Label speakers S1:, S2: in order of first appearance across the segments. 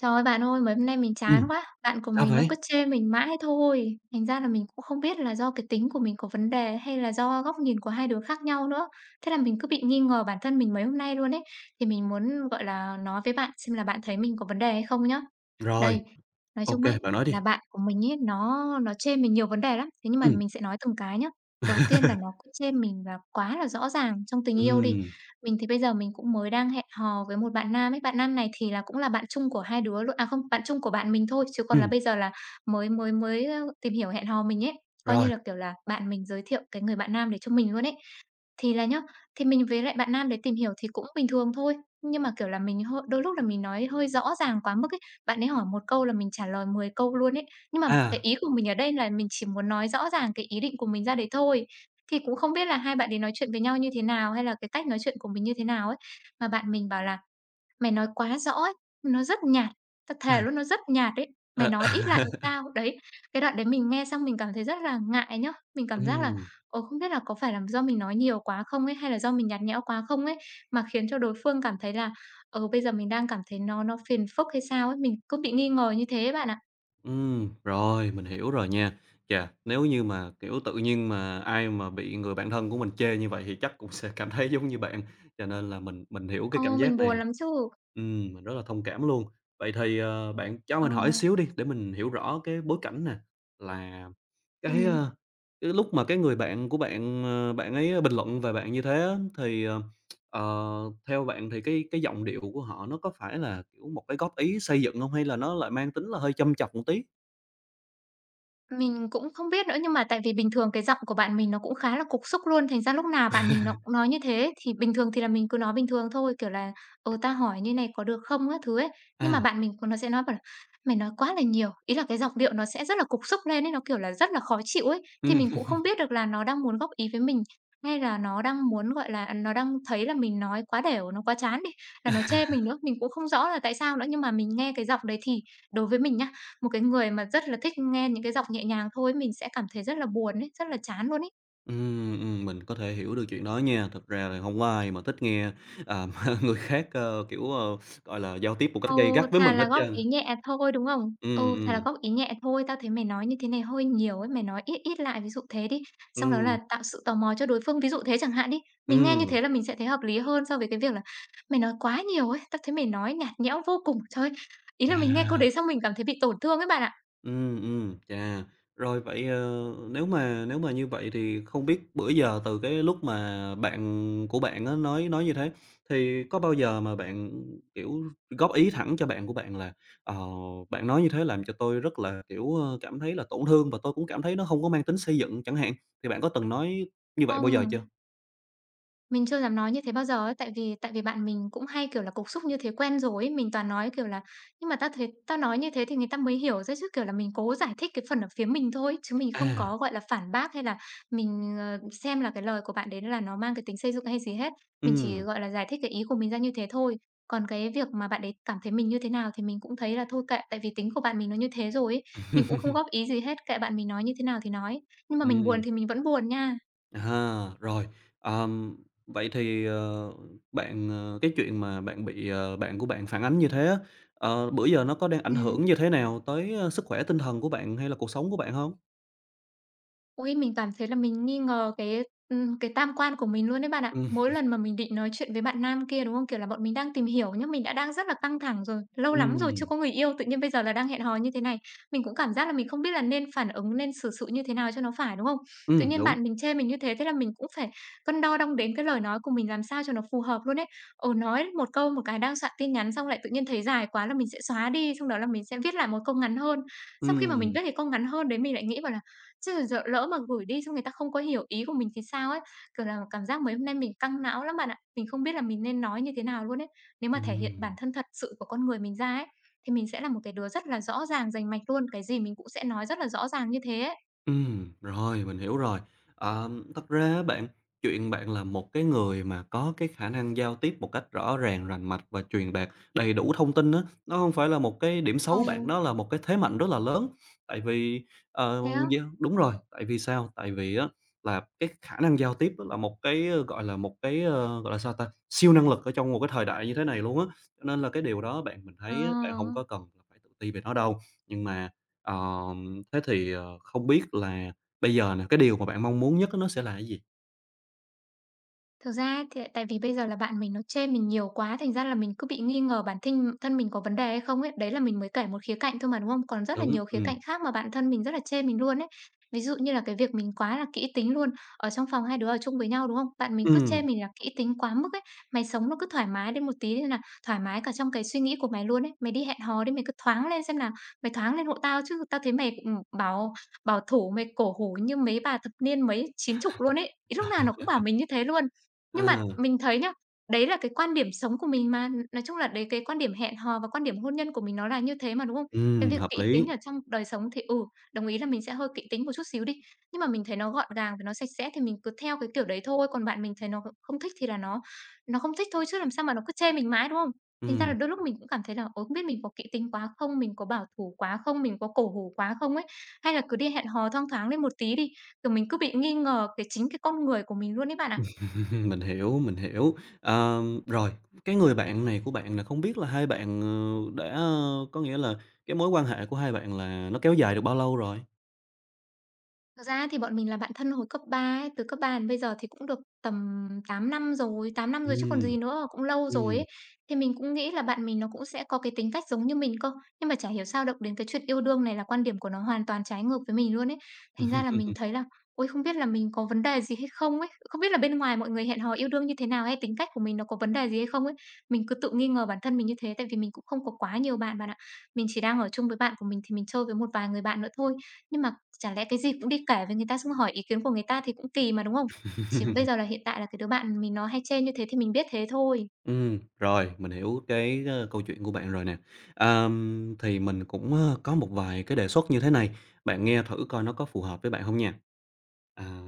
S1: Trời ơi, bạn ơi, mấy hôm nay mình chán
S2: Ừm,
S1: quá, bạn của
S2: Sao
S1: mình nó
S2: vậy?
S1: cứ chê mình mãi thôi, thành ra là mình cũng không biết là do cái tính của mình có vấn đề hay là do góc nhìn của hai đứa khác nhau nữa. Thế là mình cứ bị nghi ngờ bản thân mình mấy hôm nay luôn ấy, thì mình muốn, gọi là, nói với bạn xem là bạn thấy mình có vấn đề hay không nhá.
S2: Rồi,
S1: Đây, nói
S2: ô
S1: chung
S2: kê,
S1: ấy,
S2: bạn nói đi.
S1: là bạn của mình ấy, nó chê mình nhiều vấn đề lắm, thế nhưng mà
S2: Ừm.
S1: mình sẽ nói từng cái nhá. Đầu tiên là nó cứ chê mình là quá là rõ ràng trong tình yêu đi,
S2: Ừm,
S1: mình thì bây giờ mình cũng mới đang hẹn hò với một bạn nam ấy. Bạn nam này thì là cũng là bạn chung của hai đứa luôn à, không, bạn chung của bạn mình thôi, chứ còn là
S2: ừm,
S1: bây giờ là mới mới mới, ơ, tìm hiểu hẹn hò mình ấy. Coi như
S2: rồi,
S1: là, kiểu là, bạn mình giới thiệu cái người bạn nam để cho mình luôn ấy. Thì là nhá, thì mình với lại bạn nam đấy tìm hiểu thì cũng bình thường thôi, nhưng mà, kiểu là, mình hơi đôi lúc là mình nói hơi rõ ràng quá mức ấy. Bạn ấy hỏi một câu là mình trả lời 10 câu luôn ấy. Nhưng mà cái
S2: à,
S1: ý của mình ở đây là mình chỉ muốn nói rõ ràng cái ý định của mình ra đấy thôi. Thì cũng không biết là hai bạn ấy nói chuyện với nhau như thế nào, hay là cái cách nói chuyện của mình như thế nào ấy. Mà bạn mình bảo là "Mày nói quá rõ ấy, nó rất nhạt, tao
S2: à,
S1: thề luôn nó rất nhạt ấy, mày
S2: ờ,
S1: nói ít lại cũng tao." Đấy, cái đoạn đấy mình nghe xong mình cảm thấy rất là ngại nhá. Mình cảm giác là,
S2: ừm,
S1: không biết là có phải là do mình nói nhiều quá không ấy, hay là do mình nhạt nhẽo quá không ấy, mà khiến cho đối phương cảm thấy là, bây giờ mình đang cảm thấy nó phiền phức hay sao ấy, mình cứ bị nghi ngờ như thế bạn ạ.
S2: rồi, mình hiểu rồi nha. Chà, nếu như mà, kiểu, tự nhiên mà ai mà bị người bạn thân của mình chê như vậy thì chắc cũng sẽ cảm thấy giống như bạn, cho nên là mình hiểu cái
S1: Ờ,
S2: cảm
S1: mình
S2: giác
S1: buồn
S2: này.
S1: lắm chứ.
S2: Mình rất là thông cảm luôn. Vậy thì, bạn cho
S1: Ờ,
S2: mình hỏi xíu đi để mình hiểu rõ cái bối cảnh nè, là cái,
S1: ừm.
S2: cái lúc mà cái người bạn của bạn, bạn ấy bình luận về bạn như thế á, thì, theo bạn thì cái giọng điệu của họ nó có phải là, kiểu, một cái góp ý xây dựng không hay là nó lại mang tính là hơi châm chọc một tí?
S1: Mình cũng không biết nữa, nhưng mà tại vì bình thường cái giọng của bạn mình nó cũng khá là cục súc luôn, thành ra lúc nào bạn mình nó cũng nói như thế. Thì bình thường thì là mình cứ nói bình thường thôi, kiểu là "Ờ, ta hỏi như này có được không?" các thứ ấy. Nhưng mà
S2: À,
S1: bạn mình c nó sẽ nói bảo là "Mày nói quá là nhiều." Ý là cái giọng điệu nó sẽ rất là cục súc lên ấy, nó, kiểu là, rất là khó chịu ấy. Thì
S2: ừm,
S1: mình cũng không biết được là nó đang muốn góp ý với mình, hay là nó đang muốn, gọi là, nó đang thấy là mình nói quá đều nó quá chán đi, là nó chê mình nữa. Mình cũng không rõ là tại sao nữa, nhưng mà mình nghe cái giọng đấy thì đối với mình nhá, một cái người mà rất là thích nghe những cái giọng nhẹ nhàng thôi mình sẽ cảm thấy rất là buồn ấy, rất là chán luôn ấy.
S2: mình có thể hiểu được chuyện đó nha. Thật ra là không có ai mà thích nghe, à, mà người khác, kiểu, gọi là, giao tiếp một cách gay
S1: Ừ,
S2: gắt với
S1: thà
S2: mình
S1: là
S2: hết
S1: góp
S2: trơn.
S1: ý nhẹ thôi, đúng không?
S2: Ừm,
S1: Ừ, thà là
S2: ừm.
S1: góp ý nhẹ thôi, tao thấy mày nói như thế này hơi nhiều ấy, mày nói ít ít lại, ví dụ thế đi. Xong đó
S2: Ừm,
S1: là tạo sự tò mò cho đối phương, ví dụ thế chẳng hạn đi. Mình nghe như
S2: ừm,
S1: thế là mình sẽ thấy hợp lý hơn so với cái việc là "Mày nói quá nhiều ấy, tao thấy mày nói nhạt nhẽo vô cùng." Trời ơi, ý là mình nghe câu
S2: chà,
S1: đấy xong mình cảm thấy bị tổn thương ấy bạn ạ.
S2: chà. Rồi vậy, nếu mà như vậy thì không biết bữa giờ từ cái lúc mà bạn của bạn á nói như thế, thì có bao giờ mà bạn, kiểu, góp ý thẳng cho bạn của bạn là "Ờ, bạn nói như thế làm cho tôi rất là, kiểu, cảm thấy là tổn thương và tôi cũng cảm thấy nó hông có mang tính xây dựng" chẳng hạn, thì bạn có từng nói như vậy bao giờ
S1: Ừm.
S2: chưa?
S1: Mình chưa dám nói như thế bao giờ ấy, tại vì bạn mình cũng hay, kiểu là, cục súc như thế quen rồi ấy. Mình toàn nói, kiểu là "Nhưng mà tao thấy tao nói như thế thì người ta mới hiểu ra chứ", kiểu là, mình cố giải thích cái phần ở phía mình thôi, chứ mình không
S2: À,
S1: có, gọi là, phản bác hay là mình, ờ, xem là cái lời của bạn đấy là nó mang cái tính xây dựng hay gì hết. Mình chỉ,
S2: ừm,
S1: gọi là, giải thích cái ý của mình ra như thế thôi. Còn cái việc mà bạn ấy cảm thấy mình như thế nào thì mình cũng thấy là thôi kệ, tại vì tính của bạn mình nó như thế rồi ấy, mình cũng không góp ý gì hết, kệ bạn mình nói như thế nào thì nói. Nhưng mà mình
S2: ừm.
S1: buồn thì mình vẫn buồn nha.
S2: À, rồi, ờm, vậy thì, bạn, ờ cái chuyện mà bạn bị, bạn của bạn phản ánh như thế á, bữa giờ nó có đang ảnh
S1: Ừm.
S2: hưởng như thế nào tới, sức khỏe tinh thần của bạn hay là cuộc sống của bạn không?
S1: Ôi, mình cảm thấy là mình nghi ngờ cái tam quan của mình luôn đấy bạn ạ.
S2: Ừm,
S1: Mỗi lần mà mình định nói chuyện với bạn nam kia, đúng không? Kiểu là, bọn mình đang tìm hiểu nhá, mình đã đang rất là căng thẳng rồi, lâu lắm rồi chưa
S2: ừm,
S1: có người yêu, tự nhiên bây giờ là đang hẹn hò như thế này. Mình cũng cảm giác là mình không biết là nên phản ứng, nên xử sự như thế nào cho nó phải, đúng không? Tự nhiên
S2: đúng,
S1: bạn mình chê mình như thế, thế là mình cũng phải cân đo đong đếm cái lời nói của mình làm sao cho nó phù hợp luôn ấy. Ừ, nói một câu một cái đang soạn tin nhắn xong lại tự nhiên thấy dài quá là mình sẽ xóa đi, xong đó là mình sẽ viết lại một câu ngắn hơn. Sau khi mà mình
S2: ừm,
S1: viết cái câu ngắn hơn đấy mình lại nghĩ bảo là "Chứ giờ lỡ mà gửi đi xong người ta không có hiểu ý của mình thì sao ấy?" Kiểu là, cảm giác mấy hôm nay mình căng não lắm bạn ạ. Mình không biết là mình nên nói như thế nào luôn ấy. Nếu mà thể hiện bản
S2: ừm.
S1: thân thật sự của con người mình ra ấy, thì mình sẽ là một cái đứa rất là rõ ràng rành mạch luôn, cái gì mình cũng sẽ nói rất là rõ ràng như thế ấy.
S2: Rồi, mình hiểu rồi. Thật ra á bạn, chuyện bạn là một cái người mà có cái khả năng giao tiếp một cách rõ ràng, rành mạch và truyền đạt đầy đủ thông tin á, nó không phải là một cái điểm xấu bạn,
S1: Ừ,
S2: nó là một cái thế mạnh rất là lớn. Tại vì, ờ,
S1: thế á?
S2: yeah, đúng rồi, tại vì sao? Tại vì á là cái khả năng giao tiếp á là một cái, gọi là, một cái, gọi là, sao ta, siêu năng lực ở trong một cái thời đại như thế này luôn á. Cho nên là cái điều đó bạn mình
S1: Ờ.
S2: thấy á, bạn không có cần là phải tự ti về nó đâu. Nhưng mà thế thì, không biết là bây giờ nè, cái điều mà bạn mong muốn nhất á nó sẽ là cái gì?
S1: Thực ra thì tại vì bây giờ là bạn mình nó chê mình nhiều quá, thành ra là mình cứ bị nghi ngờ bản thinh thân mình có vấn đề hay không ấy. Đấy là mình mới kể một khía cạnh thôi mà, đúng không? Còn rất là
S2: Đúng,
S1: nhiều khía cạnh khác mà bạn thân mình rất là chê mình luôn ấy. Ví dụ như là cái việc mình quá là kỹ tính luôn, ở trong phòng hai đứa ở chung với nhau, đúng không? Bạn mình cứ chê
S2: ừm,
S1: mình là kỹ tính quá mức ấy, "Mày sống nó cứ thoải mái đến một tí đi nào, thoải mái cả trong cái suy nghĩ của mày luôn ấy. Mày đi hẹn hò đi, mày cứ thoáng lên xem nào, mày thoáng lên hộ tao chứ, tao thấy mày, bảo bảo thủ, mày cổ hủ như mấy bà thập niên mấy, chín chục luôn ấy." Ý lúc nào nó cũng bảo mình như thế luôn. Nhưng mà
S2: à,
S1: mình thấy nhá, đấy là cái quan điểm sống của mình mà, nói chung là đấy cái quan điểm hẹn hò và quan điểm hôn nhân của mình nó là như thế mà, đúng không? Cái việc
S2: hợp
S1: kỹ
S2: lý,
S1: tính ở trong đời sống thì, ừ, đồng ý là mình sẽ hơi kỹ tính một chút xíu đi, nhưng mà mình thấy nó gọn gàng và nó sạch sẽ thì mình cứ theo cái kiểu đấy thôi, còn bạn mình thấy nó không thích thì là nó không thích thôi chứ làm sao mà nó cứ chê mình mãi, đúng không? Thành ra là
S2: ừm,
S1: đôi lúc mình cũng cảm thấy là, ôi, không biết mình có kỹ tính quá không, mình có bảo thủ quá không, mình có cổ hủ quá không ấy, hay là cứ đi hẹn hò thoang thoáng lên một tí đi, kiểu, mình cứ bị nghi ngờ cái chính cái con người của mình luôn đấy bạn ạ.
S2: mình hiểu, mình hiểu. Rồi, cái người bạn này của bạn là không biết là hai bạn, có nghĩa là cái mối quan hệ của hai bạn là nó kéo dài được bao lâu rồi?
S1: Thật ra thì bọn mình là bạn thân hồi cấp 3 ấy, từ cấp 3 đến bây giờ thì cũng được tầm 8 năm rồi, 8 năm rồi chứ còn
S2: Ừm,
S1: gì nữa, cũng lâu rồi
S2: ừm.
S1: ấy. Thì mình cũng nghĩ là bạn mình nó cũng sẽ có cái tính cách giống như mình cơ, nhưng mà chả hiểu sao động đến cái chuyện yêu đương này là quan điểm của nó hoàn toàn trái ngược với mình luôn ấy. Thành ra là mình thấy là ôi không biết là mình có vấn đề gì hay không ấy, không biết là bên ngoài mọi người hẹn hò yêu đương như thế nào hay tính cách của mình nó có vấn đề gì hay không ấy. Mình cứ tự nghi ngờ bản thân mình như thế tại vì mình cũng không có quá nhiều bạn bạn ạ. Mình chỉ đang ở chung với bạn của mình thì mình chơi với một vài người bạn nữa thôi. Nhưng mà chả lẽ cái gì cũng đi kể với người ta xong hỏi ý kiến của người ta thì cũng kỳ mà, đúng không? Chỉ bây giờ là hiện tại là cái đứa bạn mình nó hay trêu như thế thì mình biết thế thôi.
S2: Rồi, mình hiểu cái, câu chuyện của bạn rồi nè. Thì mình cũng, có một vài cái đề xuất như thế này, bạn nghe thử coi nó có phù hợp với bạn không nha. À.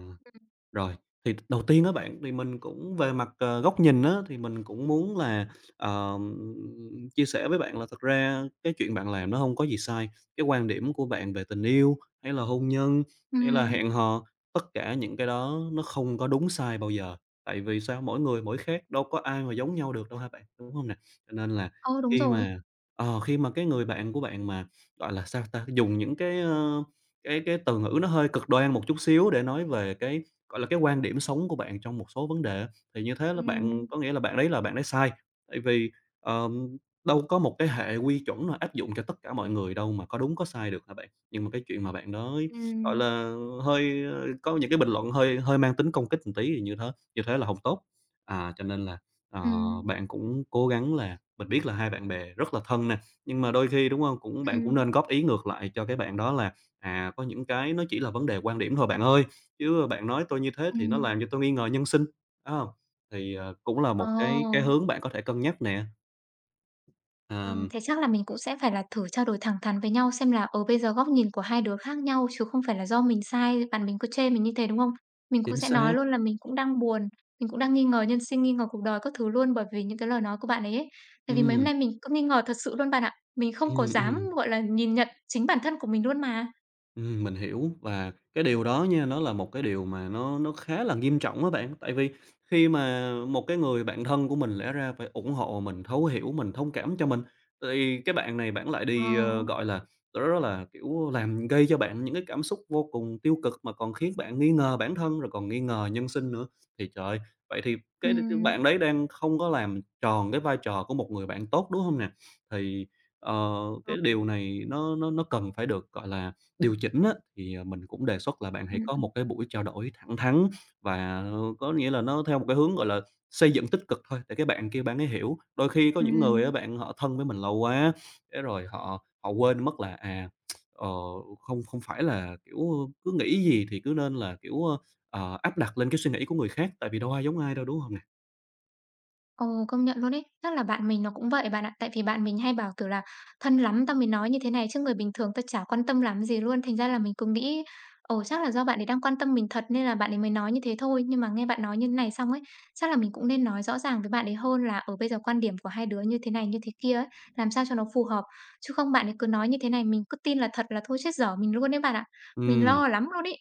S2: Rồi, thì đầu tiên á bạn, thì mình cũng về mặt, góc nhìn á, thì mình cũng muốn là, ờm, chia sẻ với bạn là thật ra cái chuyện bạn làm nó không có gì sai. Cái quan điểm của bạn về tình yêu, hay là hôn nhân, hay là
S1: Ừm,
S2: hẹn hò, tất cả những cái đó nó không có đúng sai bao giờ. Tại vì sao? Mỗi người mỗi khác, đâu có ai mà giống nhau được đâu hả bạn, đúng không nè? Cho nên là
S1: ờ, đúng
S2: khi
S1: rồi.
S2: mà khi mà cái người bạn của bạn mà, gọi là, sao ta, dùng những cái, cái từ ngữ nó hơi cực đoan một chút xíu để nói về cái gọi là, cái quan điểm sống của bạn trong một số vấn đề á, thì như thế là
S1: Ừm,
S2: bạn có nghĩa là bạn đấy sai. Tại vì, ờm, đâu có một cái hệ quy chuẩn nào áp dụng cho tất cả mọi người đâu mà có đúng có sai được hả bạn? Nhưng mà cái chuyện mà bạn nói, gọi
S1: ừm,
S2: là, hơi, có những cái bình luận hơi hơi mang tính công kích một tí thì như thế là không tốt. À, cho nên là, ờ,
S1: ừm,
S2: bạn cũng cố gắng là mình biết là hai bạn bè rất là thân nè, nhưng mà đôi khi, đúng không? Bạn cũng
S1: ừm,
S2: nên góp ý ngược lại cho cái bạn đó là, à, có những cái nó chỉ là vấn đề quan điểm thôi bạn ơi. Chứ bạn nói tôi như thế thì nó
S1: ừm.
S2: làm cho tôi nghi ngờ nhân sinh, phải hông? Thì, cũng là
S1: Ờ.
S2: một cái hướng bạn có thể cân nhắc nè. Ờm,
S1: Thế chắc là mình cũng sẽ phải là thử trao đổi thẳng thắn với nhau xem là, ở bây giờ góc nhìn của hai đứa khác nhau chứ không phải là do mình sai, bạn mình cứ chê mình như thế, đúng không? Mình cũng
S2: Chính
S1: sẽ
S2: xác.
S1: nói luôn là mình cũng đang buồn, mình cũng đang nghi ngờ nhân sinh, nghi ngờ cuộc đời các thứ luôn bởi vì những cái lời nói của bạn ấy ấy. Tại vì mấy hôm
S2: Ừm,
S1: nay mình cứ nghi ngờ thật sự luôn bạn ạ, mình không có
S2: ừm,
S1: dám,
S2: ừm.
S1: gọi là, nhìn nhận chính bản thân của mình luôn mà.
S2: Mình hiểu và cái điều đó nha, nó là một cái điều mà nó khá là nghiêm trọng á bạn. Tại vì khi mà một cái người bạn thân của mình lẽ ra phải ủng hộ mình, thấu hiểu mình, thông cảm cho mình, thì cái bạn này bạn lại
S1: Ờ,
S2: đi, gọi là, đó đó là, kiểu, làm gây cho bạn những cái cảm xúc vô cùng tiêu cực mà còn khiến bạn nghi ngờ bản thân, rồi còn nghi ngờ nhân sinh nữa. Thì trời ơi, vậy thì cái
S1: ừm.
S2: bạn đấy đang không có làm tròn cái vai trò của một người bạn tốt, đúng không nè? Thì, ờ,
S1: Ờ,
S2: cái điều này nó cần phải được, gọi là điều chỉnh á, thì, mình cũng đề xuất là bạn hãy
S1: ừm,
S2: có
S1: ừm,
S2: một cái buổi trao đổi thẳng thắn và, có nghĩa là nó theo một cái hướng, gọi là, xây dựng tích cực thôi để cái bạn kia bạn ấy hiểu. Đôi khi có những người á bạn họ thân với mình lâu quá, thế rồi họ họ quên mất là, à, ờ, không không phải là, kiểu, cứ nghĩ gì thì cứ nên là, kiểu, áp đặt lên cái suy nghĩ của người khác, tại vì đâu ai giống ai đâu, đúng không nè?
S1: Ồ, công nhận luôn ấy. Chắc là bạn mình nó cũng vậy bạn ạ. Tại vì bạn mình hay bảo, kiểu là, thân lắm tao mới nói như thế này chứ người bình thường tao chả quan tâm lắm gì luôn. Thành ra là mình cũng nghĩ, ồ, chắc là do bạn ấy đang quan tâm mình thật nên là bạn ấy mới nói như thế thôi. Nhưng mà nghe bạn nói như thế này xong ấy, chắc là mình cũng nên nói rõ ràng với bạn ấy hơn là, ở bây giờ quan điểm của hai đứa như thế này, như thế kia ấy, làm sao cho nó phù hợp. Chứ không bạn ấy cứ nói như thế này, mình cứ tin là thật là thôi chết dở mình luôn đấy bạn ạ. Mình
S2: Ừ,
S1: lo lắm luôn ấy.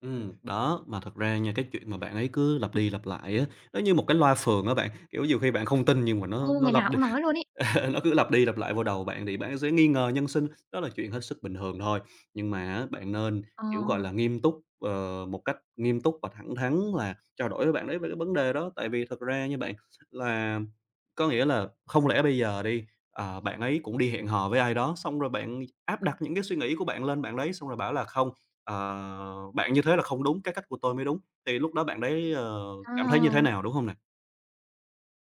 S2: đó, mà thật ra nha, cái chuyện mà bạn ấy cứ lặp đi lặp lại á, nó như một cái loa phường á bạn, kiểu, nhiều khi bạn không tin nhưng mà nó
S1: Ô,
S2: nó
S1: ngày
S2: lặp
S1: nào cũng nói luôn ấy.
S2: Nó cứ lặp đi lặp lại vào đầu bạn thì bạn sẽ nghi ngờ nhân sinh, đó là chuyện hết sức bình thường thôi. Nhưng mà á, bạn nên,
S1: Ờ,
S2: kiểu, gọi là, một cách nghiêm túc và thẳng thắn là trao đổi với bạn ấy về cái vấn đề đó. Tại vì thật ra như bạn, là có nghĩa là không lẽ bây giờ đi, bạn ấy cũng đi hẹn hò với ai đó, xong rồi bạn áp đặt những cái suy nghĩ của bạn lên bạn đấy, xong rồi bảo là "Không, bạn như thế là không đúng, cái cách của tôi mới đúng." Thì lúc đó bạn đấy,
S1: ờ.
S2: cảm thấy như thế nào, đúng không nè?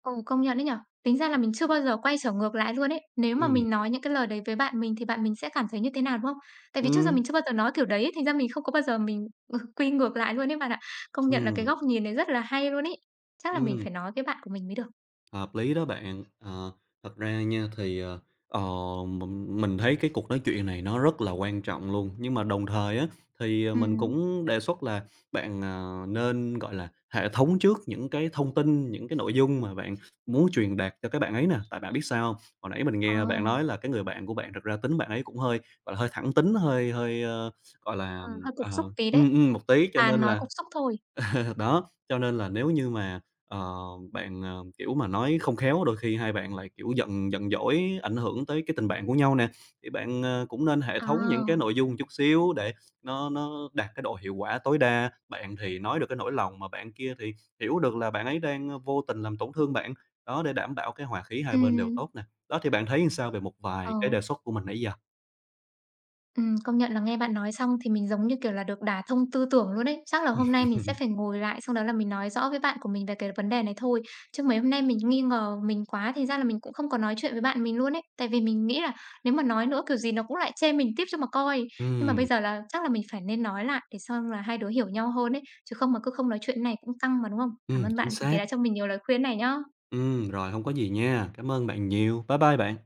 S1: Ồ, công nhận đấy nhở, tính ra là mình chưa bao giờ quay trở ngược lại luôn ấy. Nếu mà
S2: Ừm,
S1: mình nói những cái lời đấy với bạn mình thì bạn mình sẽ cảm thấy như thế nào, đúng không? Tại vì trước giờ
S2: ừm,
S1: mình chưa bao giờ nói kiểu đấy ấy, thành ra mình không có bao giờ mình, quy ngược lại luôn ấy bạn ạ. Công nhận là cái
S2: ừm,
S1: góc nhìn này rất là hay luôn ấy. Chắc là mình
S2: ừm.
S1: phải nói với bạn của mình mới được.
S2: Hợp lý đó bạn. Ờ, Thật ra nha thì, ờ, mình thấy cái cuộc nói chuyện này nó rất là quan trọng luôn, nhưng mà đồng thời á, thì, mình
S1: Ừm,
S2: cũng đề xuất là bạn, nên, gọi là, hệ thống trước những cái thông tin, những cái nội dung mà bạn muốn truyền đạt cho cái bạn ấy nè. Tại bạn biết sao hông? Hồi nãy mình
S1: ờ,
S2: nghe bạn nói là cái người bạn của bạn thực ra tính bạn ấy cũng hơi, gọi là, hơi thẳng tính, hơi hơi, gọi
S1: ờ,
S2: là,
S1: Hơi cục
S2: ờ,
S1: xúc tí đấy.
S2: một tí, cho
S1: À,
S2: nên
S1: nói
S2: là
S1: cục xúc thôi.
S2: đó, cho nên là nếu như mà, bạn, kiểu mà, nói không khéo, đôi khi hai bạn lại, kiểu, giận giận dỗi, ảnh hưởng tới cái tình bạn của nhau nè, thì bạn, cũng nên hệ thống những cái
S1: À,
S2: nội dung một chút xíu để nó đạt cái độ hiệu quả tối đa. Bạn thì nói được cái nỗi lòng, mà bạn kia thì hiểu được là bạn ấy đang, vô tình làm tổn thương bạn, đó, để đảm bảo cái hòa khí hai
S1: ừ
S2: bên đều tốt nè. Đó, thì bạn thấy làm sao về một
S1: ờ.
S2: vài cái đề xuất của mình nãy giờ?
S1: Công nhận là nghe bạn nói xong thì mình giống như, kiểu là, được đả thông tư tưởng luôn ấy. Chắc là hôm nay mình sẽ phải ngồi lại xong đó là mình nói rõ với bạn của mình về cái vấn đề này thôi. Chứ mấy hôm nay mình nghi ngờ mình quá, thì ra là mình cũng không có nói chuyện với bạn mình luôn ấy. Tại vì mình nghĩ là nếu mà nói nữa kiểu gì nó cũng lại chê mình tiếp cho mà coi. Nhưng mà bây
S2: Ừm,
S1: giờ là chắc là mình phải nên nói lại để xong là hai đứa hiểu nhau hơn ấy, chứ không mà cứ không nói chuyện này cũng căng mà, đúng không? Cảm ơn
S2: chính
S1: bạn vì
S2: xác.
S1: đã cho mình nhiều lời khuyên này nhá.
S2: Rồi, không có gì nha. Cảm ơn bạn nhiều. Bye bye bạn.